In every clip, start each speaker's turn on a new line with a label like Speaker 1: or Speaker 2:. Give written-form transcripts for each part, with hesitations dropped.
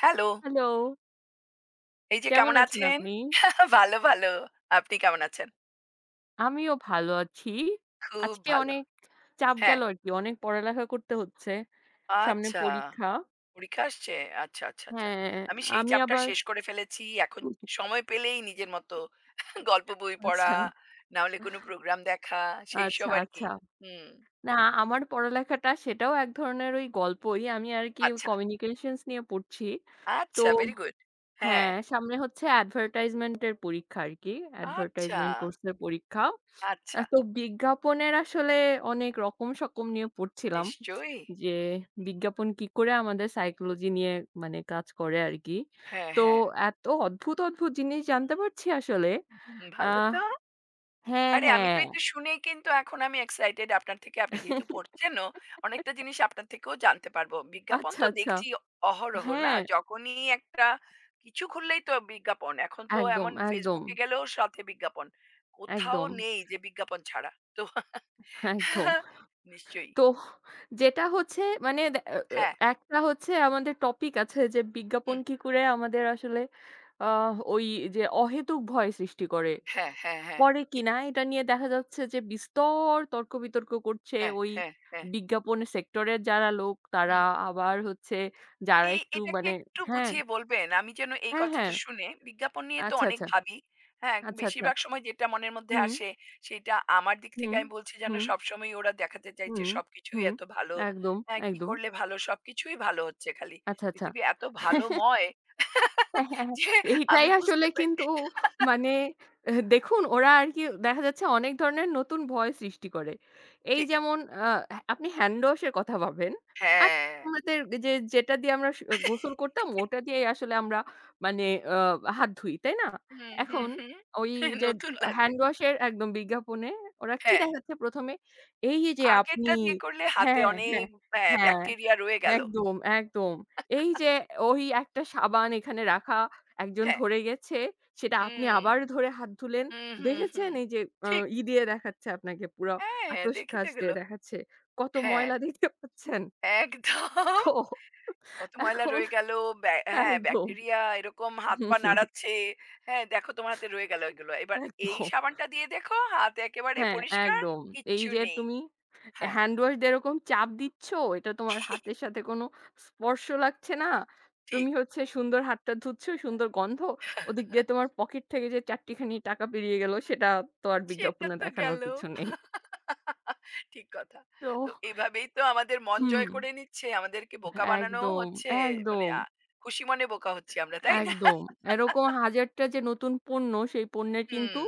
Speaker 1: Hello,
Speaker 2: hello,
Speaker 1: এই যে
Speaker 2: কেমন
Speaker 1: কেমন
Speaker 2: আছেন
Speaker 1: আছেন?
Speaker 2: আপনি?
Speaker 1: ভালো। আপনি কেমন আছেন?
Speaker 2: আমিও ভালো আছি।
Speaker 1: খুব
Speaker 2: আজকে
Speaker 1: ভালো।
Speaker 2: অনেক চাপ গেল
Speaker 1: হ্যাঁ।
Speaker 2: আরকি। অনেক পড়ালেখা করতে হচ্ছে। সামনে
Speaker 1: আচ্ছা,
Speaker 2: পরীক্ষা।
Speaker 1: পরীক্ষা আসছে? আচ্ছা।
Speaker 2: হ্যাঁ,
Speaker 1: আমি সেই
Speaker 2: আমি
Speaker 1: চ্যাপ্টার
Speaker 2: আবার
Speaker 1: শেষ করে ফেলেছি। এখন সময় পেলেই নিজের মতো গল্প বই পড়া,
Speaker 2: আচ্ছা।
Speaker 1: না হলে কোনো প্রোগ্রাম দেখা,
Speaker 2: আচ্ছা,
Speaker 1: সেইসব আর কি।
Speaker 2: আচ্ছা।
Speaker 1: হুম।
Speaker 2: না, আমার পড়ালেখাটা সেটাও এক ধরনের ওই গল্পই। আমি আরকি
Speaker 1: আচ্ছা,
Speaker 2: কমিউনিকেশনস নিয়ে পড়ছি। তো
Speaker 1: আচ্ছা ভেরি গুড। হ্যাঁ।
Speaker 2: হ্যাঁ, সামনে হচ্ছে অ্যাডভার্টাইজমেন্ট এর পরীক্ষা আরকি।
Speaker 1: আচ্ছা,
Speaker 2: অ্যাডভার্টাইজমেন্ট কোর্সের পরীক্ষা।
Speaker 1: আচ্ছা।
Speaker 2: তো বিজ্ঞাপনের আসলে অনেক রকম সকম নিয়ে পড়ছিলাম।
Speaker 1: নিশ্চয়ই।
Speaker 2: যে বিজ্ঞাপন কি করে আমাদের সাইকোলজি নিয়ে মানে কাজ করে আরকি।
Speaker 1: হ্যাঁ,
Speaker 2: তো
Speaker 1: হ্যাঁ।
Speaker 2: এত অদ্ভুত, অদ্ভুত জিনিস জানতে পারছি আসলে।
Speaker 1: হুম, ভালো
Speaker 2: আহ
Speaker 1: তো?
Speaker 2: হ্যাঁ,
Speaker 1: আরে আমি
Speaker 2: হ্যাঁ।
Speaker 1: তো এটা শুনেই কিন্তু এখন আমি এক্সাইটেড আপনার থেকে। আপনি যেহেতু পড়ছেনও, অনেকটা জিনিস আপনার থেকেও জানতে পারবো। বিজ্ঞাপন
Speaker 2: আচ্ছা,
Speaker 1: তো
Speaker 2: আচ্ছা।
Speaker 1: দেখছি অহরহ না?
Speaker 2: হ্যাঁ,
Speaker 1: যখনই একটা কিছু খুললেই তো বিজ্ঞাপন। এখন তো
Speaker 2: একদম,
Speaker 1: এমন
Speaker 2: একদম,
Speaker 1: Facebook এ গেলেও সাথে বিজ্ঞাপন। কোথাও
Speaker 2: একদম,
Speaker 1: নেই যে বিজ্ঞাপন ছাড়া। তো
Speaker 2: একদম।
Speaker 1: নিশ্চয়ই।
Speaker 2: তো যেটা হচ্ছে মানে দে অ অ
Speaker 1: হ্যাঁ,
Speaker 2: একটা হচ্ছে আমাদের টপিক আছে যে বিজ্ঞাপন
Speaker 1: হুম।
Speaker 2: কি করে আমাদের আসলে ওই যে অহেতুক ভয় সৃষ্টি করে।
Speaker 1: হ্যাঁ।
Speaker 2: পরে
Speaker 1: ঠিক।
Speaker 2: কিনা এটা নিয়ে দেখা যাচ্ছে যে বিস্তর তর্ক-বিতর্ক করছে
Speaker 1: হ্যাঁ,
Speaker 2: ওই
Speaker 1: হ্যাঁ, হ্যাঁ।
Speaker 2: বিজ্ঞাপন সেক্টরের যারা লোক তারা
Speaker 1: হুম।
Speaker 2: আবার হচ্ছে যারা
Speaker 1: এই
Speaker 2: একটু
Speaker 1: এটাকে
Speaker 2: মানে
Speaker 1: একটু
Speaker 2: হ্যাঁ,
Speaker 1: বুঝিয়ে বলবেন? আমি যেন এই
Speaker 2: হ্যাঁ, হ্যাঁ।
Speaker 1: কথাটা শুনে বিজ্ঞাপন নিয়ে তো
Speaker 2: আচ্ছা,
Speaker 1: অনেক
Speaker 2: আচ্ছা,
Speaker 1: ভাবি। হ্যাঁ,
Speaker 2: আচ্ছা, আচ্ছা।
Speaker 1: বেশিরভাগ সময় যেটা মনের মধ্যে
Speaker 2: হুম,
Speaker 1: আসে সেইটা আমার দিক থেকে
Speaker 2: হুম,
Speaker 1: আমি বলছি যেন
Speaker 2: হুম,
Speaker 1: সবসময়ই ওরা দেখাতে চাইছে
Speaker 2: হুম,
Speaker 1: সবকিছুই
Speaker 2: হুম।
Speaker 1: এত ভালো।
Speaker 2: একদম,
Speaker 1: হ্যাঁ, কি
Speaker 2: একদম।
Speaker 1: করলে ভালো সবকিছুই ভালো হচ্ছে খালি।
Speaker 2: আচ্ছা, আচ্ছা।
Speaker 1: পৃথিবী এত ভালোময়
Speaker 2: হ্যাঁ, হ্যাঁ, হ্যাঁ।
Speaker 1: যে
Speaker 2: এইটাই
Speaker 1: আমি
Speaker 2: আসলে
Speaker 1: বুঝতে পারি
Speaker 2: কিন্তু মানে এ দেখুন ওরা আরকি দেখা যাচ্ছে অনেক ধরনের নতুন ভয় সৃষ্টি করে। এই
Speaker 1: ঠিক
Speaker 2: যেমন আ আপনি হ্যান্ড ওয়াশ এর কথা ভাবেন। আর
Speaker 1: হ্যাঁ।
Speaker 2: আমাদের যে যেটা দিয়ে আমরা গোসল করতাম ওটা দিয়েই আসলে আমরা মানে আ হাত ধুই, তাই না?
Speaker 1: হুম, হুম,
Speaker 2: এখন
Speaker 1: হুম।
Speaker 2: ওই যে
Speaker 1: নতুন লাগবে।
Speaker 2: হ্যান্ড ওয়াশ এর একদম বিজ্ঞাপনে ওরা কি
Speaker 1: হ্যাঁ,
Speaker 2: দেখাচ্ছে ১ম এ? এই যে আপনি
Speaker 1: আগেরটা দিয়ে করলে হাতে
Speaker 2: হ্যাঁ,
Speaker 1: অনেক
Speaker 2: হ্যাঁ, হ্যাঁ।
Speaker 1: ব্যাকটেরিয়া রয়ে গেল।
Speaker 2: একদম, একদম। এই যে ওই একটা সাবান এখানে রাখা, একজন
Speaker 1: হ্যাঁ।
Speaker 2: ধরে গেছে, সেটা আপনি
Speaker 1: হুম,
Speaker 2: আবার ধরে হাত ধুলেন।
Speaker 1: হুম, হুম,
Speaker 2: দেখেছেন
Speaker 1: হুম।
Speaker 2: এই যে আ
Speaker 1: ঠিক।
Speaker 2: ই দিয়ে দেখাচ্ছে আপনাকে পুরা
Speaker 1: হ্যাঁ,
Speaker 2: আতশকাচ
Speaker 1: দেখিতে গেল।
Speaker 2: দিয়ে দেখাচ্ছে। কত
Speaker 1: হ্যাঁ,
Speaker 2: ময়লা দেখতে পাচ্ছেন।
Speaker 1: একদম
Speaker 2: তো
Speaker 1: কত ময়লা
Speaker 2: এখন
Speaker 1: রয়ে গেল। হ্যাঁ,
Speaker 2: একদম।
Speaker 1: ব্যাকটেরিয়া এরকম
Speaker 2: হুম,
Speaker 1: হাত-পা
Speaker 2: হুম,
Speaker 1: নাড়াচ্ছে। হ্যাঁ, দেখো তোমার হাতে রয়ে গেল এগুলো। এবার এই
Speaker 2: একদম।
Speaker 1: সাবানটা দিয়ে দেখো হাত একেবারে
Speaker 2: হ্যাঁ,
Speaker 1: পরিষ্কার,
Speaker 2: একদম। এই
Speaker 1: কিচ্ছু
Speaker 2: যে
Speaker 1: নেই।
Speaker 2: তুমি
Speaker 1: হ্যাঁ,
Speaker 2: হ্যান্ড ওয়াশ দিয়ে এরকম চাপ দিচ্ছ, এটা তোমার হাতের সাথে কোনো স্পর্শ লাগছে না।
Speaker 1: ঠিক।
Speaker 2: তুমি হচ্ছে সুন্দর হাতটা ধুচ্ছ, সুন্দর গন্ধ। ওদিক দিয়ে তোমার পকেট থেকে যে ৪ টি খানি টাকা বেরিয়ে গেল, সেটা তো আর
Speaker 1: সেটা
Speaker 2: বিজ্ঞাপনে
Speaker 1: তো
Speaker 2: দেখানোর
Speaker 1: গেল।
Speaker 2: কিছু নেই।
Speaker 1: ঠিক কথা।
Speaker 2: তো
Speaker 1: তো এভাবেই তো আমাদের মন
Speaker 2: হুম,
Speaker 1: জয় করে নিচ্ছে। আমাদেরকে বোকা বানানোও
Speaker 2: একদম,
Speaker 1: হচ্ছে। মানে
Speaker 2: একদম।
Speaker 1: খুশি মনে বোকা হচ্ছি আমরা, তাই না?
Speaker 2: একদম। এরকম হাজারটা যে নতুন পণ্য, সেই পণ্যের কিন্তু
Speaker 1: হুম,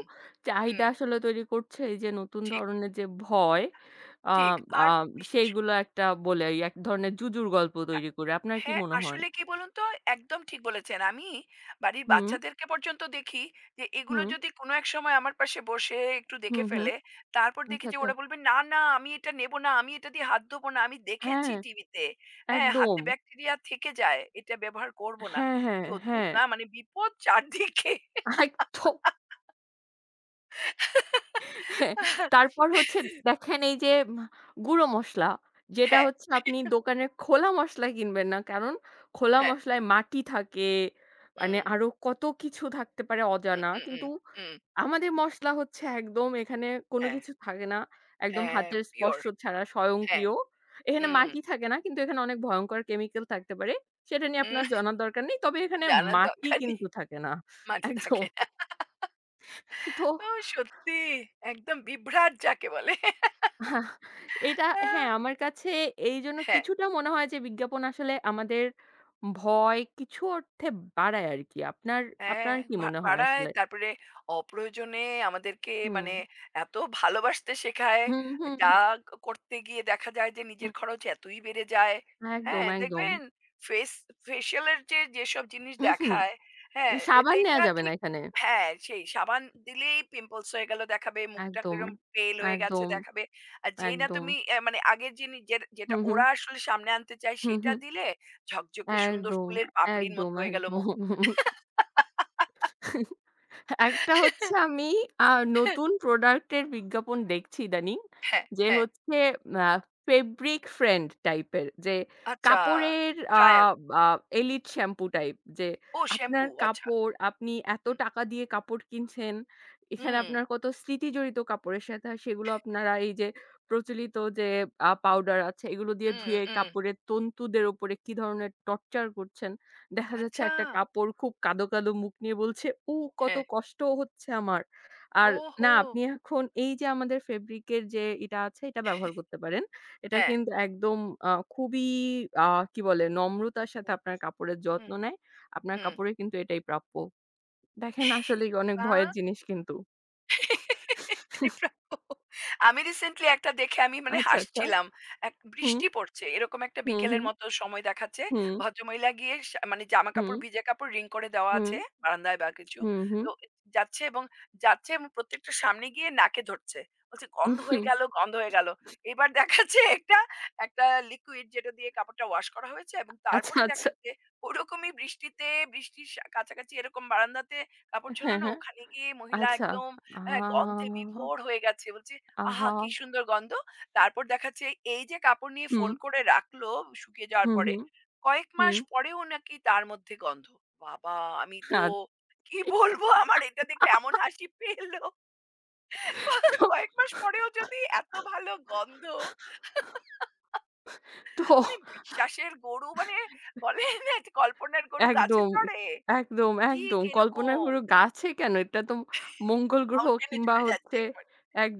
Speaker 2: চাহিদা
Speaker 1: হুম।
Speaker 2: আসলে তৈরি করছে এই যে নতুন
Speaker 1: ঠিক,
Speaker 2: ধরনের যে ভয়, আ
Speaker 1: ঠিক।
Speaker 2: আ
Speaker 1: আর বিশেষ
Speaker 2: সেইগুলো একটা বলে এই এক ধরনের জুজুর গল্প তৈরি করে। আপনার কি
Speaker 1: হ্যাঁ,
Speaker 2: মনে হয়?
Speaker 1: আসলে কি বলুন তো? একদম ঠিক বলেছেন। আমি বাড়ির
Speaker 2: হুম,
Speaker 1: বাচ্চাদেরকে পর্যন্ত দেখি যে, এগুলো
Speaker 2: হুম,
Speaker 1: যদি কোনো এক সময় আমার পাশে বসে একটু
Speaker 2: হুম,
Speaker 1: দেখে
Speaker 2: হুম।
Speaker 1: ফেলে, তারপর দেখি
Speaker 2: আচ্ছা,
Speaker 1: যে
Speaker 2: আচ্ছা।
Speaker 1: ওরা বলবে, "না, না, আমি এটা নেব না। আমি এটা দিয়ে হাত ধোব না। আমি দেখেছি
Speaker 2: হ্যাঁ,
Speaker 1: টিভিতে।" হ্যাঁ,
Speaker 2: একদম।
Speaker 1: হাতে ব্যাকটেরিয়া থেকে যায়। এটা ব্যবহার করব না।
Speaker 2: হ্যাঁ, হ্যাঁ,
Speaker 1: কি অদ্ভুত
Speaker 2: হ্যাঁ।
Speaker 1: না? মানে বিপদ চারদিকে।
Speaker 2: একদম। হ্যাঁ, তারপর হচ্ছে দেখেন এই যে মা গুঁড়ো মসলা, যেটা
Speaker 1: হ্যাঁ,
Speaker 2: হচ্ছে আপনি দোকানের খোলা মসলা কিনবেন না। কারণ খোলা
Speaker 1: হ্যাঁ।
Speaker 2: মসলায় মাটি থাকে, মানে
Speaker 1: হুম,
Speaker 2: আরো কত কিছু থাকতে পারে
Speaker 1: হুম,
Speaker 2: অজানা।
Speaker 1: হুম,
Speaker 2: কিন্তু
Speaker 1: হুম, হুম।
Speaker 2: আমাদের মসলা হচ্ছে একদম এখানে কোনো
Speaker 1: হ্যাঁ,
Speaker 2: কিছু থাকে না। একদম
Speaker 1: হ্যাঁ,
Speaker 2: হাতের
Speaker 1: পিওর।
Speaker 2: স্পর্শ ছাড়া
Speaker 1: হ্যাঁ,
Speaker 2: স্বয়ংক্রিয়। এখানে
Speaker 1: হুম,
Speaker 2: মাটি থাকে না, কিন্তু এখানে অনেক ভয়ংকর কেমিক্যাল থাকতে পারে। সেটা নিয়ে আপনার
Speaker 1: হুম।
Speaker 2: জানার দরকার নেই। তবে এখানে
Speaker 1: জানার
Speaker 2: মাটি
Speaker 1: দরকার নেই।
Speaker 2: কিন্তু থাকে না।
Speaker 1: মাটি
Speaker 2: একদম।
Speaker 1: থাকে না।
Speaker 2: তো
Speaker 1: ও সত্যি একদম বিভ্রাট যাকে বলে।
Speaker 2: এটা হ্যাঁ, আমার কাছে এইজন্য
Speaker 1: হ্যাঁ,
Speaker 2: কিছুটা মনে হয় যে বিজ্ঞাপন আসলে আমাদের ভয় কিছু অর্থে বাড়ায় আরকি। আপনার
Speaker 1: হ্যাঁ,
Speaker 2: আপনার কি মনে হয়
Speaker 1: বাড়ায়।
Speaker 2: আসলে?
Speaker 1: তারপরে অপ্রয়োজনে আমাদেরকে
Speaker 2: হুম।
Speaker 1: মানে এত ভালোবাসতে শেখায়,
Speaker 2: হুম, হুম,
Speaker 1: যা
Speaker 2: হুম,
Speaker 1: করতে গিয়ে দেখা যায় যে
Speaker 2: হুম।
Speaker 1: নিজের খরচ এতই বেড়ে যায়।
Speaker 2: একদম,
Speaker 1: হ্যাঁ,
Speaker 2: একদম।
Speaker 1: দেখবেন ফেস ফেসিয়াল এর যে যেসব জিনিস
Speaker 2: হুম, হুম।
Speaker 1: দেখায়, হ্যাঁ,
Speaker 2: মানে
Speaker 1: এ
Speaker 2: সাবান নেয়া
Speaker 1: এইটা
Speaker 2: যাবে না
Speaker 1: ঠিক
Speaker 2: এখানে।
Speaker 1: হ্যাঁ, সেই সাবান দিলেই পিম্পলস হয়ে গেল দেখাবে, মুখটা
Speaker 2: একদম,
Speaker 1: কিরম পেল হয়ে গেছে
Speaker 2: একদম,
Speaker 1: দেখাবে। আর যেই না
Speaker 2: একদম।
Speaker 1: তুমি মানে আগের জিনিস যে যেটা
Speaker 2: হুম, হুম,
Speaker 1: ওরা আসলে সামনে আনতে চায়,
Speaker 2: হুম,
Speaker 1: সেটা
Speaker 2: হুম।
Speaker 1: দিলে ঝকঝকে সুন্দর
Speaker 2: একদম,
Speaker 1: ফুলের পাপড়ির
Speaker 2: একদম,
Speaker 1: মতো হয়ে গেল
Speaker 2: একদম।
Speaker 1: মুখ।
Speaker 2: একটা হচ্ছে আমি আ নতুন প্রোডাক্ট এর বিজ্ঞাপন দেখছি ইদানিং।
Speaker 1: হ্যাঁ,
Speaker 2: যে
Speaker 1: হ্যাঁ।
Speaker 2: হচ্ছে আ ফেব্রিক ফ্রেন্ড টাইপের যে
Speaker 1: আচ্ছা
Speaker 2: কাপড়ের আ
Speaker 1: ড্রায়ার।
Speaker 2: আ এলিট শ্যাম্পু টাইপ। যে
Speaker 1: ও
Speaker 2: আপনার
Speaker 1: শ্যাম্পু আচ্ছা।
Speaker 2: কাপড় আপনি এত
Speaker 1: হুম,
Speaker 2: টাকা দিয়ে কাপড় কিনছেন। এখানে
Speaker 1: হুম,
Speaker 2: আপনার কত স্মৃতি জড়িত কাপড়ের সাথে আর সেগুলো আপনারা এই যে প্রচলিত যে পাউডার আছে এগুলো দিয়ে
Speaker 1: হুম,
Speaker 2: ধুয়ে
Speaker 1: হুম।
Speaker 2: কাপড়ের তন্তুদের উপরে কি ধরনের টর্চার করছেন। দেখা যাচ্ছে
Speaker 1: আচ্ছা।
Speaker 2: একটা কাপড় খুব কাঁদো, কাঁদো মুখ নিয়ে বলছে, "উ কত
Speaker 1: হ্যাঁ।
Speaker 2: কষ্ট হচ্ছে আমার।" আর
Speaker 1: ওহো!
Speaker 2: না, আপনি এখন এই যে আমাদের ফেব্রিকের যে এটা আছে এটা ব্যবহার করতে পারেন। এটা
Speaker 1: হ্যাঁ।
Speaker 2: কিন্তু একদম খুবই আ কি বলে নম্রতার সাথে
Speaker 1: হুম,
Speaker 2: আপনার কাপড়ের যত্ন
Speaker 1: হুম,
Speaker 2: নেয়। আপনার
Speaker 1: হুম।
Speaker 2: কাপড়ে কিন্তু এটাই প্রাপ্য। দেখেন আসলেই অনেক
Speaker 1: বাহ!
Speaker 2: ভয়ের জিনিস কিন্তু।
Speaker 1: এটাই প্রাপ্য। আমি রিসেন্টলি একটা দেখে আমি মানে
Speaker 2: আচ্ছা, আচ্ছা।
Speaker 1: হাসছিলাম। এক
Speaker 2: হুম,
Speaker 1: বৃষ্টি পড়ছে। এরকম একটা
Speaker 2: হুম,
Speaker 1: বিকেলের
Speaker 2: হুম,
Speaker 1: মতো সময় দেখাচ্ছে।
Speaker 2: হুম,
Speaker 1: ভদ্রমহিলা গিয়ে মানে
Speaker 2: হুম,
Speaker 1: জামাকাপড়, ভিজে কাপড় রিং করে দেওয়া
Speaker 2: হুম,
Speaker 1: আছে বারান্দায় বা কিছু।
Speaker 2: হুম, হুম,
Speaker 1: তো যাচ্ছে এবং যাচ্ছে এবং প্রত্যেকটার সামনে গিয়ে নাকে ধরছে। বলছে,
Speaker 2: উম,
Speaker 1: "গন্ধ
Speaker 2: হুম।
Speaker 1: হয়ে গেল, গন্ধ হয়ে গেল।" এবার দেখাচ্ছে একটা একটা লিকুইড যেটা দিয়ে কাপড়টা ওয়াশ করা হয়েছে এবং
Speaker 2: আচ্ছা,
Speaker 1: তারপরে
Speaker 2: আচ্ছা।
Speaker 1: দেখাচ্ছে ওরকমই বৃষ্টিতে, বৃষ্টির কাছাকাছি এরকম বারান্দাতে কাপড়
Speaker 2: হ্যাঁ,
Speaker 1: ঝোলানো।
Speaker 2: হ্যাঁ।
Speaker 1: ওখানে গিয়ে মহিলা
Speaker 2: আচ্ছা।
Speaker 1: একদম
Speaker 2: আ
Speaker 1: হ্যাঁ, গন্ধে বিভোর হয়ে গেছে। বলছি, "আহা!
Speaker 2: আহা!
Speaker 1: কি সুন্দর গন্ধ।" তারপর দেখাচ্ছে এই যে কাপড় নিয়ে
Speaker 2: হুম।
Speaker 1: ফোল্ড করে রাখলো শুকিয়ে যাওয়ার
Speaker 2: হুম,
Speaker 1: পরে,
Speaker 2: হুম,
Speaker 1: কয়েক মাস
Speaker 2: হুম।
Speaker 1: পরেও নাকি তার মধ্যে গন্ধ। বাবা! আমি তো
Speaker 2: না,
Speaker 1: কি বলবো? আমার এটা দেখে এমন হাসি পেল। ক
Speaker 2: তো,
Speaker 1: কয়েক মাস পরেও যদি এত ভালো গন্ধ,
Speaker 2: তো
Speaker 1: মানে বিশ্বাসের গরু মানে বলে না যে কল্পনার গরু গাছে
Speaker 2: একদম,
Speaker 1: চড়ে?
Speaker 2: একদম,
Speaker 1: ঠিক
Speaker 2: একদম। কল্পনার
Speaker 1: এরকম
Speaker 2: পুরো গাছে কেন? এটা তো মঙ্গল গ্রহ
Speaker 1: মাউন্টেন এ
Speaker 2: কিংবা
Speaker 1: চড়ে যাচ্ছে
Speaker 2: হচ্ছে
Speaker 1: একেবারে।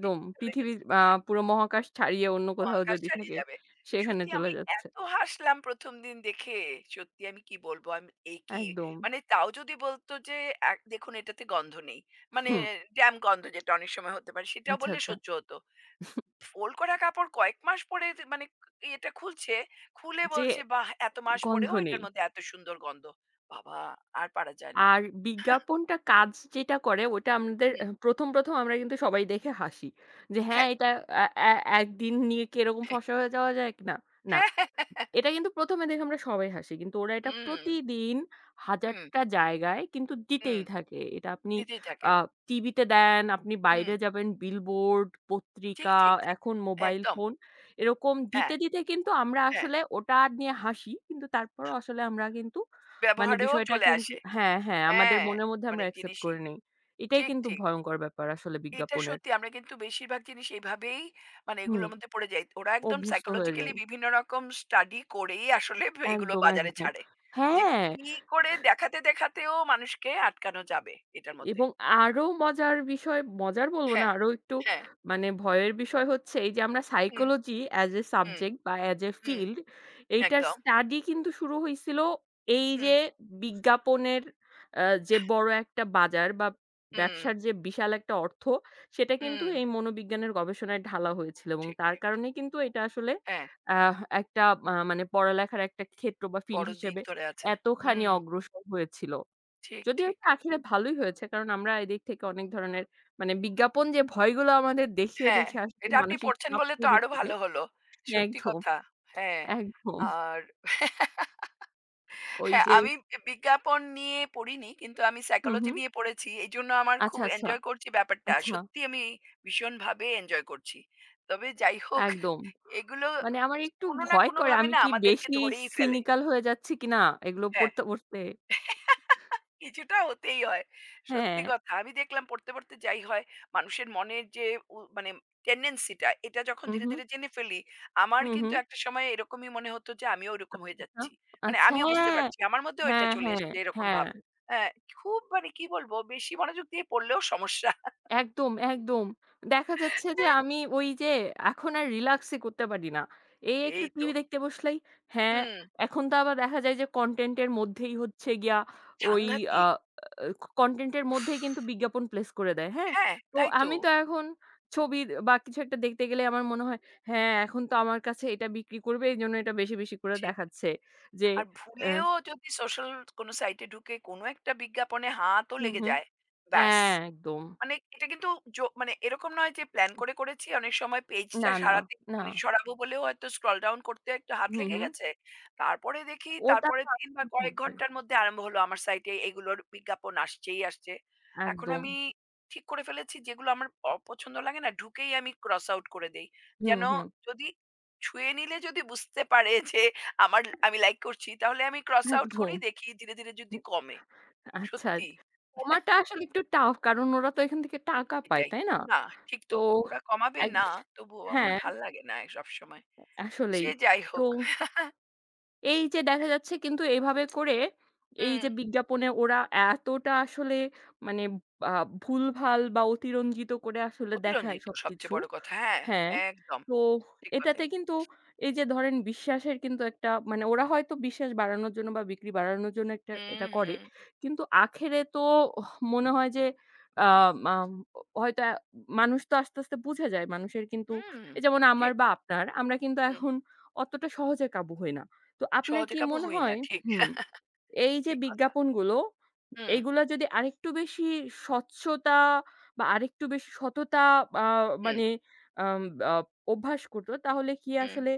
Speaker 1: ঠিক
Speaker 2: পৃথিবীর
Speaker 1: লেগেছে।
Speaker 2: পুরো মহাকাশ ছাড়িয়ে অন্য কোথাও
Speaker 1: মহাকাশ
Speaker 2: যদি
Speaker 1: ছাড়িয়ে
Speaker 2: থাকে,
Speaker 1: যাবে।
Speaker 2: সেখানে
Speaker 1: সত্যি
Speaker 2: চলে
Speaker 1: আমি
Speaker 2: যাচ্ছে।
Speaker 1: এত হাসলাম ১ম দিন দেখে। সত্যি আমি কি বলবো? আমি এ কি?
Speaker 2: একদম।
Speaker 1: মানে তাও যদি বলত যে এ দেখুন এটাতে গন্ধ নেই। মানে
Speaker 2: হুম।
Speaker 1: ড্যাম গন্ধ যেটা অনেক সময় হতে পারে সেটাও
Speaker 2: আচ্ছা,
Speaker 1: বললে
Speaker 2: আচ্ছা।
Speaker 1: সহ্য হত। ফোল্ড করা কাপড় কয়েক মাস পরে যে- মানে এটা খুলছে। খুলে
Speaker 2: যে
Speaker 1: বলছে, "বাহ! এত মাস
Speaker 2: গন্ধ
Speaker 1: পরেও
Speaker 2: নেই।
Speaker 1: এটার মধ্যে এত সুন্দর গন্ধ। বাবা! আর পারা যায় না।"
Speaker 2: আর বিজ্ঞাপনটা কাজ যেটা করে ওটা আমাদের
Speaker 1: হুম,
Speaker 2: ১ম, ১ম আমরা কিন্তু সবাই দেখে হাসি। যে হ্যাঁ,
Speaker 1: হ্যাঁ।
Speaker 2: এটা আ এ একদিন নিয়ে কি এরকম ফর্সা হয়ে যাওয়া যায় না? না।
Speaker 1: হ্যাঁ।
Speaker 2: এটা কিন্তু ১ম এ দেখে আমরা সবাই হাসি। কিন্তু ওরা এটা
Speaker 1: হুম,
Speaker 2: প্রতিদিন ১০০০
Speaker 1: হুম,
Speaker 2: টা জায়গায় কিন্তু
Speaker 1: হুম।
Speaker 2: দিতেই থাকে। এটা আপনি
Speaker 1: দিতেই থাকে।
Speaker 2: আ টিভিতে দেন, আপনি
Speaker 1: হুম।
Speaker 2: বাইরে যাবেন বিলবোর্ড,
Speaker 1: ঠিক,
Speaker 2: পত্রিকা,
Speaker 1: ঠিক, ঠিক।
Speaker 2: এখন মোবাইল
Speaker 1: একদম।
Speaker 2: ফোন। এরকম
Speaker 1: হ্যাঁ,
Speaker 2: দিতে, দিতে কিন্তু আমরা
Speaker 1: হ্যাঁ।
Speaker 2: আসলে ওটা নিয়ে হাসি। কিন্তু তারপরও আসলে আমরা কিন্তু মানে
Speaker 1: ব্যবহারেও
Speaker 2: বিষয়টা
Speaker 1: চলে
Speaker 2: কিন্তু
Speaker 1: আসে।
Speaker 2: হ্যাঁ, হ্যাঁ আমাদের
Speaker 1: হ্যাঁ,
Speaker 2: মনের মধ্যে আমরা
Speaker 1: অনেক
Speaker 2: অ্যাকসেপ্ট
Speaker 1: জিনিসই।
Speaker 2: করে নেই। এটাই
Speaker 1: ঠিক,
Speaker 2: কিন্তু
Speaker 1: ঠিক।
Speaker 2: ভয়ংকর ব্যাপার আসলে
Speaker 1: এটা
Speaker 2: বিজ্ঞাপনের।
Speaker 1: সত্যি আমরা কিন্তু বেশিরভাগ জিনিস এভাবেই মানে
Speaker 2: হুম,
Speaker 1: এগুলোর মধ্যে পড়ে যাই। ওরা একদম
Speaker 2: অভ্যস্ত হয়ে
Speaker 1: সাইকোলজিক্যালি
Speaker 2: যাই।
Speaker 1: বিভিন্ন রকম স্টাডি করেই আসলে এগুলো
Speaker 2: একদম,
Speaker 1: বাজারে
Speaker 2: একদম।
Speaker 1: ছাড়ে। যে
Speaker 2: হ্যাঁ।
Speaker 1: কি করে দেখাতে, দেখাতেও মানুষকে আটকানো যাবে এটার মধ্যে।
Speaker 2: এবং আরো মজার বিষয়, মজার বলব না,
Speaker 1: হ্যাঁ,
Speaker 2: আরো একটু
Speaker 1: হ্যাঁ।
Speaker 2: মানে ভয়ের বিষয় হচ্ছে এই যে আমরা
Speaker 1: হুম,
Speaker 2: psychology as a
Speaker 1: hmm,
Speaker 2: subject বা অ্যাজ এ
Speaker 1: হুম।
Speaker 2: ফিল্ড এইটার
Speaker 1: একদম।
Speaker 2: স্টাডি কিন্তু শুরু হইছিল এই যে
Speaker 1: হুম,
Speaker 2: বিজ্ঞাপনের আ যে বড় একটা বাজার বা
Speaker 1: হুম,
Speaker 2: ব্যবসার যে বিশাল একটা অর্থ সেটা কিন্তু
Speaker 1: হুম।
Speaker 2: এই মনোবিজ্ঞানের গবেষণায় ঢালা হয়েছিল এবং
Speaker 1: ঠিক,
Speaker 2: তার
Speaker 1: ঠিক, ঠিক।
Speaker 2: কারণেই কিন্তু এটা আসলে
Speaker 1: হ্যাঁ,
Speaker 2: একটা মানে পড়ালেখার একটা ক্ষেত্র বা ফিল্ড
Speaker 1: বড় দিক
Speaker 2: হিসেবে
Speaker 1: ধরে আছে।
Speaker 2: এতখানি
Speaker 1: হুম,
Speaker 2: অগ্রসর হয়েছিল।
Speaker 1: ঠিক,
Speaker 2: যদিও
Speaker 1: ঠিক।
Speaker 2: এটা আখেরে ভালোই হয়েছে। কারণ আমরা এদিক থেকে অনেক ধরনের মানে বিজ্ঞাপন যে ভয়গুলো আমাদের দেখিয়ে,
Speaker 1: হ্যাঁ,
Speaker 2: দেখিয়ে আসলে
Speaker 1: এটা আপনি
Speaker 2: মানসিক
Speaker 1: পড়ছেন
Speaker 2: চাপ
Speaker 1: বলে তো
Speaker 2: তৈরি
Speaker 1: আরো
Speaker 2: করে
Speaker 1: ভালো হলো। সত্যি
Speaker 2: একদম,
Speaker 1: কথা। হ্যাঁ,
Speaker 2: একদম।
Speaker 1: আর
Speaker 2: ওই
Speaker 1: হ্যাঁ,
Speaker 2: যে
Speaker 1: আমি বিজ্ঞাপন নিয়ে পড়িনি, কিন্তু আমি
Speaker 2: হুম,
Speaker 1: সাইকোলজি
Speaker 2: হুম।
Speaker 1: নিয়ে পড়েছি। এইজন্য আমার
Speaker 2: আচ্ছা,
Speaker 1: খুব
Speaker 2: আচ্ছা,
Speaker 1: এনজয় করছি ব্যাপারটা।
Speaker 2: আচ্ছা।
Speaker 1: সত্যি আমি ভীষণভাবে এনজয় করছি। তবে যাই হোক,
Speaker 2: একদম।
Speaker 1: এগুলো
Speaker 2: মানে আমার একটু
Speaker 1: কোনো না
Speaker 2: ভয় করে
Speaker 1: কোনোভাবে
Speaker 2: আমি
Speaker 1: না
Speaker 2: কি
Speaker 1: আমাদেরকে
Speaker 2: বেশি
Speaker 1: ধরেই ফেলে।
Speaker 2: সিনিক্যাল হয়ে যাচ্ছি কিনা এগুলো
Speaker 1: হ্যাঁ।
Speaker 2: পড়তে, পড়তে।
Speaker 1: কিছুটা হতেই হয়। সত্যি
Speaker 2: হ্যাঁ।
Speaker 1: কথা। আমি দেখলাম পড়তে যাই হয় মানুষের মনের যে মানে টেনডেন্সি টা এটা যখন
Speaker 2: হুম,
Speaker 1: ধীরে,
Speaker 2: হুম।
Speaker 1: ধীরে জেনে ফেলি, আমার
Speaker 2: হুম,
Speaker 1: কিন্তু
Speaker 2: হুম।
Speaker 1: একটা সময় এরকমই মনে হতো যে আমিও ওরকম হয়ে
Speaker 2: আচ্ছা,
Speaker 1: যাচ্ছি। মানে
Speaker 2: আচ্ছা।
Speaker 1: আমিও বুঝতে পারছি। আমার মধ্যেও এটা
Speaker 2: হ্যাঁ,
Speaker 1: চলে
Speaker 2: হ্যাঁ, হ্যাঁ,
Speaker 1: এসছে এরকম
Speaker 2: হ্যাঁ।
Speaker 1: ভাব। হ্যাঁ, খুব মানে কি বলবো বেশি মনোযোগ দিয়ে পড়লেও সমস্যা।
Speaker 2: একদম, একদম। দেখা যাচ্ছে যে আমি ওই যে এখন আর রিল্যাক্স ই করতে পারি না। এই একটু
Speaker 1: এই তো।
Speaker 2: টিভি দেখতে বসলেই হ্যাঁ,
Speaker 1: হুম,
Speaker 2: এখন তো আবার দেখা যায় যে কনটেন্ট এর মধ্যেই হচ্ছে গিয়া ওই আ আ
Speaker 1: সাংঘাতিক।
Speaker 2: কনটেন্ট এর
Speaker 1: উফ!
Speaker 2: মধ্যেই কিন্তু বিজ্ঞাপন প্লেস করে দেয়। হ্যাঁ?
Speaker 1: হ্যাঁ,
Speaker 2: তো
Speaker 1: তাই তো।
Speaker 2: আমি তো এখন ছবি বা কিছু একটা দেখতে গেলে আমার মনে হয় হ্যাঁ, এখন তো আমার কাছে এটা বিক্রি করবে এজন্য এটা বেশি, বেশি করে
Speaker 1: সেটাই।
Speaker 2: দেখাচ্ছে। যে
Speaker 1: আর
Speaker 2: অ্যা
Speaker 1: ভুলেও যদি সোশ্যাল কোন সাইট এ ঢুকে কোন একটা বিজ্ঞাপনে হাতও
Speaker 2: হুম,
Speaker 1: লেগে
Speaker 2: হুম।
Speaker 1: যায়, ব্যাস।
Speaker 2: হ্যাঁ, একদম।
Speaker 1: মানে এটা কিন্তু মানে এরকম নয় যে প্ল্যান করে করেছি। অনেক সময় পেজটা
Speaker 2: না, না,
Speaker 1: সারাতে
Speaker 2: না।
Speaker 1: মানে সরাবো বলেও হয়তো স্ক্রল ডাউন করতে একটু হাত
Speaker 2: হুম,
Speaker 1: লেগে
Speaker 2: হুম।
Speaker 1: গেছে। তারপরে দেখি
Speaker 2: ওটা
Speaker 1: তারপরে
Speaker 2: তো
Speaker 1: ৩ বা
Speaker 2: আসলেই
Speaker 1: কয়েক
Speaker 2: থাকবে।
Speaker 1: ঘন্টার মধ্যে আরম্ভ হলো আমার সাইটে এগুলোর বিজ্ঞাপন আসছেই আসছে। এখন
Speaker 2: একদম।
Speaker 1: আমি ঠিক করে ফেলেছি যেগুলো আমার অপছন্দ লাগে না ঢুকেই আমি ক্রস আউট করে দেই।
Speaker 2: হুম,
Speaker 1: যেন
Speaker 2: হুম।
Speaker 1: যদি ছুঁয়ে নিলে যদি বুঝতে পারে যে আমার আমি লাইক করছি তাহলে আমি ক্রস আউট
Speaker 2: একদম।
Speaker 1: করেই দেখি ধীরে যদি কমে।
Speaker 2: আচ্ছা।
Speaker 1: সত্যি।
Speaker 2: কমাটা আসলে একটু টাফ কারণ ওরা তো এখান থেকে টাকা পায়,
Speaker 1: এটাই।
Speaker 2: তাই না?
Speaker 1: না, ঠিক
Speaker 2: তো
Speaker 1: তো। ওরা কমাবে
Speaker 2: এক
Speaker 1: না, তবুও আমার
Speaker 2: হ্যাঁ,
Speaker 1: ভাল লাগে না সবসময়। সে
Speaker 2: আসলেই।
Speaker 1: যাই
Speaker 2: তো
Speaker 1: হোক।
Speaker 2: এই যে দেখা যাচ্ছে কিন্তু এভাবে করে এই
Speaker 1: হুম,
Speaker 2: যে বিজ্ঞাপনে ওরা এতটা আসলে মানে আ ভুলভাল বা অতিরঞ্জিত করে আসলে দেখায়
Speaker 1: অতিরঞ্জিত
Speaker 2: সবকিছু।
Speaker 1: সবচেয়ে বড় কথা। হ্যাঁ,
Speaker 2: হ্যাঁ,
Speaker 1: একদম
Speaker 2: তো
Speaker 1: ঠিক
Speaker 2: এটাতে
Speaker 1: কথাই।
Speaker 2: কিন্তু এই যে ধরেন বিশ্বাসের কিন্তু একটা মানে ওরা হয়তো বিশ্বাস বাড়ানোর জন্য বা বিক্রি বাড়ানোর জন্য একটা
Speaker 1: হুম,
Speaker 2: এটা করে।
Speaker 1: হুম,
Speaker 2: কিন্তু আখেরে তো মনে হয় যে আ আম হয়তো মানুষ তো আস্তে, আস্তে বুঝে যায় মানুষের কিন্তু
Speaker 1: হুম,
Speaker 2: এই যেমন আমার
Speaker 1: ঠিক।
Speaker 2: বা আপনার আমরা কিন্তু
Speaker 1: হুম,
Speaker 2: এখন অতটা সহজে কাবু হই না। তো আপনার
Speaker 1: সহজে
Speaker 2: কি
Speaker 1: কাবু
Speaker 2: মনে
Speaker 1: হই না।
Speaker 2: হয়
Speaker 1: ঠিক,
Speaker 2: হুম। এই যে
Speaker 1: ঠিক কথা।
Speaker 2: বিজ্ঞাপনগুলো,
Speaker 1: হুম,
Speaker 2: এইগুলা যদি আরেকটু বেশি স্বচ্ছতা বা আরেকটু বেশি সততা আ
Speaker 1: হুম,
Speaker 2: মানে আম আ অভ্যাস করত, তাহলে কি
Speaker 1: হুম।
Speaker 2: আসলে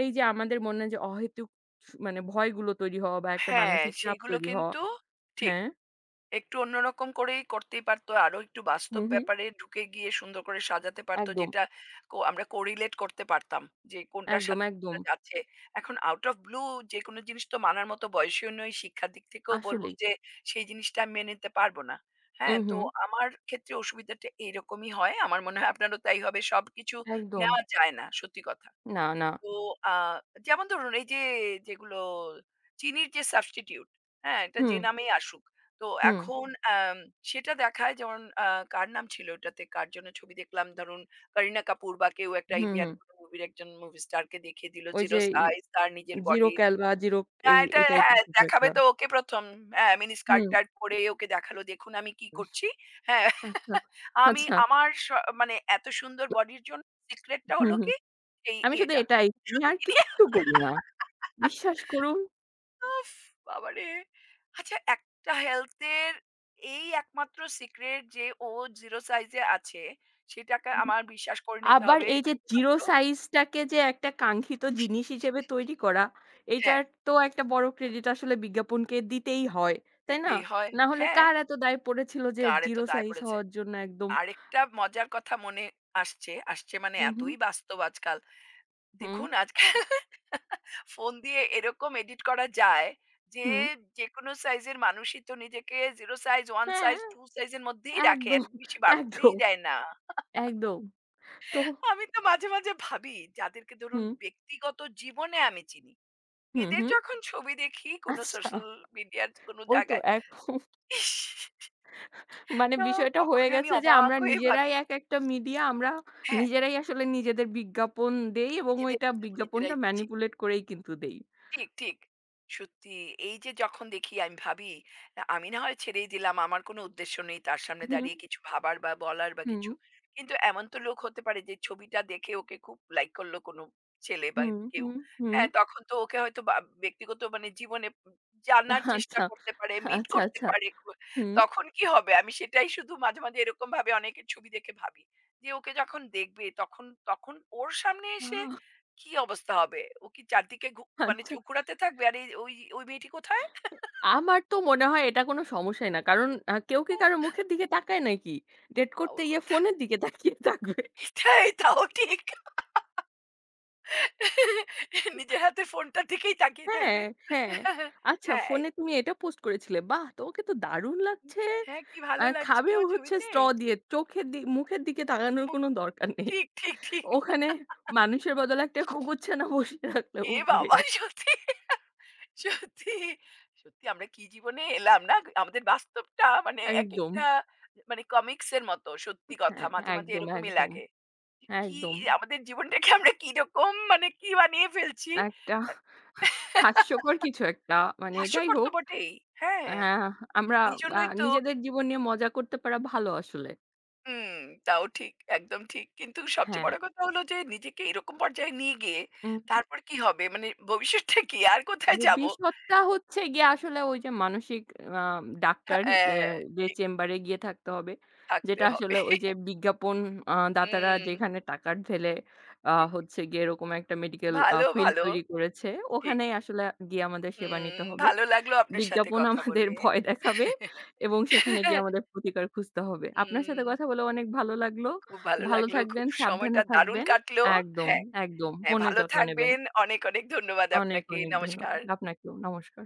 Speaker 2: এই যে আমাদের মনে যে অহেতুক মানে ভয়গুলো তৈরি হওয়া বা একটা
Speaker 1: হ্যাঁ,
Speaker 2: মানসিক চাপ
Speaker 1: সেইগুলো
Speaker 2: তৈরি হওয়া
Speaker 1: কিন্তু ঠিক।
Speaker 2: হ্যাঁ,
Speaker 1: একটু অন্যরকম করেই করতেই পারতো। আরো একটু বাস্তব
Speaker 2: হুম, হুম,
Speaker 1: ব্যাপারে ঢুকে গিয়ে সুন্দর করে সাজাতে পারতো
Speaker 2: একদম,
Speaker 1: যেটা আমরা কোরিলেট করতে পারতাম যে কোনটার
Speaker 2: একদম,
Speaker 1: সাথে
Speaker 2: একদম।
Speaker 1: কোনটা যাচ্ছে। এখন আউট অফ ব্লু যেকোনো জিনিস তো মানার মতো বয়সীও নই, শিক্ষার দিক থেকেও বলবো
Speaker 2: আসলেই।
Speaker 1: যে সেই জিনিসটা আমি মেনে নিতে পারব না। হ্যাঁ?
Speaker 2: হুম,
Speaker 1: তো
Speaker 2: হুম,
Speaker 1: আমার ক্ষেত্রে অসুবিধাটা এইরকমই হয়। আমার মনে হয় আপনারও তাই হবে। সবকিছু
Speaker 2: একদম।
Speaker 1: নেওয়া যায় না, সত্যি কথা।
Speaker 2: না, না।
Speaker 1: তো আ যেমন ধরুন এই যে যেগুলো চিনির যে সাবস্টিটিউট, হ্যাঁ? এটা যে
Speaker 2: হুম,
Speaker 1: নামেই আসুক। তো
Speaker 2: হুম,
Speaker 1: এখন আম সেটা দেখায় যেমন কার নাম ছিল ওটাতে? কার জন্য ছবি দেখলাম ধরুন করিনা কাপুর বা কেউ একটা
Speaker 2: হুম,
Speaker 1: ইন্ডিয়ান
Speaker 2: হুম।
Speaker 1: কোনো মুভির একজন মুভি স্টারকে দেখিয়ে দিল
Speaker 2: ওই যে
Speaker 1: 'জিরো
Speaker 2: ই
Speaker 1: সাইজ' তার নিজের
Speaker 2: জিরো
Speaker 1: বডি
Speaker 2: ক্যাল বা জিরো
Speaker 1: না,
Speaker 2: এই,
Speaker 1: এটা
Speaker 2: এই টাইপের
Speaker 1: হ্যাঁ,
Speaker 2: কিছু একটা।
Speaker 1: দেখাবে তো ওকে ১ম হ্যাঁ, মিনি
Speaker 2: হুম,
Speaker 1: স্কার্ট-টার্ট পরে ওকে দেখালো, "দেখুন আমি কি করছি।" হ্যাঁ,
Speaker 2: আচ্ছা,
Speaker 1: আমি
Speaker 2: আচ্ছা।
Speaker 1: আমার স মানে এত সুন্দর বডির জন্য সিক্রেটটা
Speaker 2: হুম,
Speaker 1: হলো
Speaker 2: হুম।
Speaker 1: কি এই
Speaker 2: আমি শুধু
Speaker 1: ইয়েটা।
Speaker 2: এটাই আমি
Speaker 1: শুধু
Speaker 2: আর
Speaker 1: চিনি
Speaker 2: কিচ্ছু করি না। বিশ্বাস করুন।
Speaker 1: উফ! বাবারে! আচ্ছা একটা হেলথ এর এই একমাত্র সিক্রেট যে ও 0 সাইজ এ আছে, সেটাকে
Speaker 2: হু, হু।
Speaker 1: আমার বিশ্বাস করে নিতে
Speaker 2: আবার
Speaker 1: হবে
Speaker 2: এই যে জিরো
Speaker 1: শুধুমাত্র
Speaker 2: সাইজটাকে যে একটা কাঙ্ক্ষিত জিনিস হিসেবে তৈরি করা,
Speaker 1: হ্যাঁ,
Speaker 2: এইটার তো একটা বড় ক্রেডিট আসলে বিজ্ঞাপনকে দিতেই হয়। তাই না?
Speaker 1: দিতেই হয়।
Speaker 2: না হলে
Speaker 1: হ্যাঁ,
Speaker 2: কার এত দায় পড়েছিল যে
Speaker 1: কারে তো
Speaker 2: জিরো
Speaker 1: দায়
Speaker 2: সাইজ
Speaker 1: পড়েছে।
Speaker 2: হওয়ার জন্য একদম
Speaker 1: আরেকটা মজার কথা মনে আসছে মানে
Speaker 2: হু, হু,
Speaker 1: এতই বাস্তব আজকাল।
Speaker 2: হুম,
Speaker 1: দেখুন আজকাল ফোন দিয়ে এরকম এডিট করা যায় যে,
Speaker 2: হুম,
Speaker 1: যেকোনো সাইজের মানুষই তো নিজেকে 0 সাইজ, 1
Speaker 2: হ্যাঁ,
Speaker 1: সাইজ, 2 সাইজ এর মধ্যেই রাখে।
Speaker 2: একদম,
Speaker 1: এর বেশি বাড়তেই
Speaker 2: একদম,
Speaker 1: দেয় না।
Speaker 2: একদম। তো
Speaker 1: আমি তো মাঝে ভাবি যাদেরকে ধরুন
Speaker 2: হুম,
Speaker 1: ব্যক্তিগত জীবনে আমি চিনি।
Speaker 2: হুম,
Speaker 1: এদের
Speaker 2: হুম,
Speaker 1: যখন ছবি দেখি কোনো
Speaker 2: আচ্ছা
Speaker 1: সোশ্যাল মিডিয়ার কোনো
Speaker 2: ওই তো
Speaker 1: জায়গায়,
Speaker 2: এখন
Speaker 1: ইস!
Speaker 2: মানে
Speaker 1: তো
Speaker 2: বিষয়টা হয়ে
Speaker 1: তখন আমি
Speaker 2: গেছে যে
Speaker 1: অবাক
Speaker 2: আমরা
Speaker 1: হয়ে
Speaker 2: নিজেরাই
Speaker 1: ভাবি
Speaker 2: এক একটা মিডিয়া আমরা
Speaker 1: হ্যাঁ,
Speaker 2: নিজেরাই আসলে নিজেদের বিজ্ঞাপন দেই এবং
Speaker 1: নিজেদের
Speaker 2: ওইটা
Speaker 1: বিজ্ঞাপন
Speaker 2: বিজ্ঞাপনটা
Speaker 1: নিজেরাই দিচ্ছি।
Speaker 2: ম্যানিপুলেট করেই কিন্তু দেই।
Speaker 1: ঠিক। সত্যি এই যে যখন দেখি আমি ভাবি, আমি না হয় ছেড়েই দিলাম। আমার কোনো উদ্দেশ্য নেই তার সামনে
Speaker 2: হুম,
Speaker 1: দাঁড়িয়ে কিছু ভাবার বা বলার বা
Speaker 2: হুম,
Speaker 1: কিছু। কিন্তু এমন তো লোক হতে পারে যে ছবিটা দেখে ওকে খুব লাইক করলো কোনো ছেলে বা
Speaker 2: হুম,
Speaker 1: কেউ।
Speaker 2: হুম, হুম।
Speaker 1: হ্যাঁ, তখন তো ওকে হয়তো বা ব্যক্তিগত মানে জীবনে জানার চেষ্টা
Speaker 2: আচ্ছা,
Speaker 1: করতে পারে, মিট
Speaker 2: আচ্ছা,
Speaker 1: করতে
Speaker 2: আচ্ছা।
Speaker 1: পারে।
Speaker 2: হুম।
Speaker 1: তখন কি হবে? আমি সেটাই শুধু মাঝে এরকমভাবে অনেকের ছবি দেখে ভাবি। যে ওকে যখন দেখবে তখন ওর সামনে এসে
Speaker 2: আহ
Speaker 1: কি অবস্থা হবে? ও কি চারদিকে মানে
Speaker 2: আচ্ছা।
Speaker 1: চোখ ঘুরাতে থাকবে? আর এই ওই মেয়েটি কোথায়?
Speaker 2: আমার তো মনে হয় এটা কোনো সমস্যাই না। কারণ কেউ কি
Speaker 1: উম
Speaker 2: কারো মুখের দিকে তাকায় নাকি? ডেট
Speaker 1: তাও
Speaker 2: করতে
Speaker 1: ওর
Speaker 2: গিয়ে
Speaker 1: কথা।
Speaker 2: ফোনের দিকে তাকিয়ে থাকবে।
Speaker 1: এটাই, তাও ঠিক। নিজের হাতে ফোনটার দিকেই তাকিয়ে
Speaker 2: হ্যাঁ,
Speaker 1: থাকবে।
Speaker 2: হ্যাঁ। আচ্ছা
Speaker 1: হ্যাঁ, এ
Speaker 2: ফোনে তুমি এটা পোস্ট করেছিলে। বাহ! তোমাকে তো দারুণ লাগছে।
Speaker 1: হ্যাঁ, কি ভালো লাগছিল
Speaker 2: খাবেও হচ্ছে
Speaker 1: ছবিতে।
Speaker 2: স্ট্র দিয়ে। চোখের দি মুখের দিকে তাকানোর
Speaker 1: মুখ
Speaker 2: কোনো দরকার নেই।
Speaker 1: ঠিক।
Speaker 2: ওখানে মানুষের বদলে একটা কুকুরছানা বসিয়ে রাখলেও
Speaker 1: এ
Speaker 2: হয়।
Speaker 1: বাবা! সত্যি, সত্যি আমরা কি জীবনে এলাম না? আমাদের বাস্তবটা মানে
Speaker 2: একদম।
Speaker 1: একেকটা মানে কমিকস এর মতো। সত্যি কথা
Speaker 2: হ্যাঁ,
Speaker 1: মাঝে
Speaker 2: একদম,
Speaker 1: এরকমই
Speaker 2: একদম,
Speaker 1: লাগে। কি
Speaker 2: একদম।
Speaker 1: আমাদের জীবনটাকে আমরা কিরকম মানে কি বানিয়ে ফেলছি?
Speaker 2: একটা হাস্যকর কিছু একটা। মানে যাই
Speaker 1: হাস্যকর তো
Speaker 2: হোক,
Speaker 1: বটেই। হ্যাঁ,
Speaker 2: আ আমরা
Speaker 1: এইজন্যই তো
Speaker 2: নিজেদের জীবন নিয়ে মজা করতে পারা ভালো আসলে।
Speaker 1: হুম, তাও ঠিক, একদম ঠিক। কিন্তু সবচেয়ে
Speaker 2: হ্যাঁ।
Speaker 1: বড় কথা হলো যে নিজেকে এরকম পর্যায়ে নিয়ে গিয়ে
Speaker 2: উম,
Speaker 1: তারপর কি হবে? মানে ভবিষ্যৎটা কি? আর কোথায় যাবো?
Speaker 2: ভবিষ্যৎটা হচ্ছে গিয়ে আসলে ওই যে মানসিক আ ডাক্তার অ্যা
Speaker 1: হ্যাঁ,
Speaker 2: যে
Speaker 1: ঠিক
Speaker 2: চেম্বারে গিয়ে থাকতে হবে।
Speaker 1: থাকতে
Speaker 2: যেটা
Speaker 1: হবে।
Speaker 2: আসলে ওই যে বিজ্ঞাপন দাতারা
Speaker 1: হুম,
Speaker 2: যেখানে টাকা ঢেলে
Speaker 1: ঠিক।
Speaker 2: হচ্ছে গিয়ে এরকম একটা মেডিকেল
Speaker 1: ভালো,
Speaker 2: ফিল্ড
Speaker 1: ভালো।
Speaker 2: তৈরি করেছে,
Speaker 1: ঠিক।
Speaker 2: ওখানেই আসলে গিয়ে আমাদের সেবা নিতে
Speaker 1: হুম,
Speaker 2: হবে।
Speaker 1: ভালো লাগলো আপনার সাথে
Speaker 2: বিজ্ঞাপন
Speaker 1: কথা
Speaker 2: আমাদের
Speaker 1: বলে।
Speaker 2: ভয় দেখাবে এবং সেখানে গিয়ে আমাদের প্রতিকার খুঁজতে হবে। আপনার সাথে
Speaker 1: হুম,
Speaker 2: কথা বলে অনেক ভালো লাগলো।
Speaker 1: খুব ভালো
Speaker 2: ভালো
Speaker 1: লাগলো।
Speaker 2: থাকবেন,
Speaker 1: খুব
Speaker 2: সাবধানে
Speaker 1: সময়টা দারুণ
Speaker 2: থাকবেন।
Speaker 1: কাটলো।
Speaker 2: একদম,
Speaker 1: হ্যাঁ।
Speaker 2: একদম।
Speaker 1: হ্যাঁ,
Speaker 2: মনের
Speaker 1: ভালো
Speaker 2: যত্ন নেবেন।
Speaker 1: থাকবেন। অনেক ধন্যবাদ
Speaker 2: অনেক,
Speaker 1: আপনাকে।
Speaker 2: অনেক
Speaker 1: নমস্কার।
Speaker 2: ধন্যবাদ। আপনাকেও নমস্কার।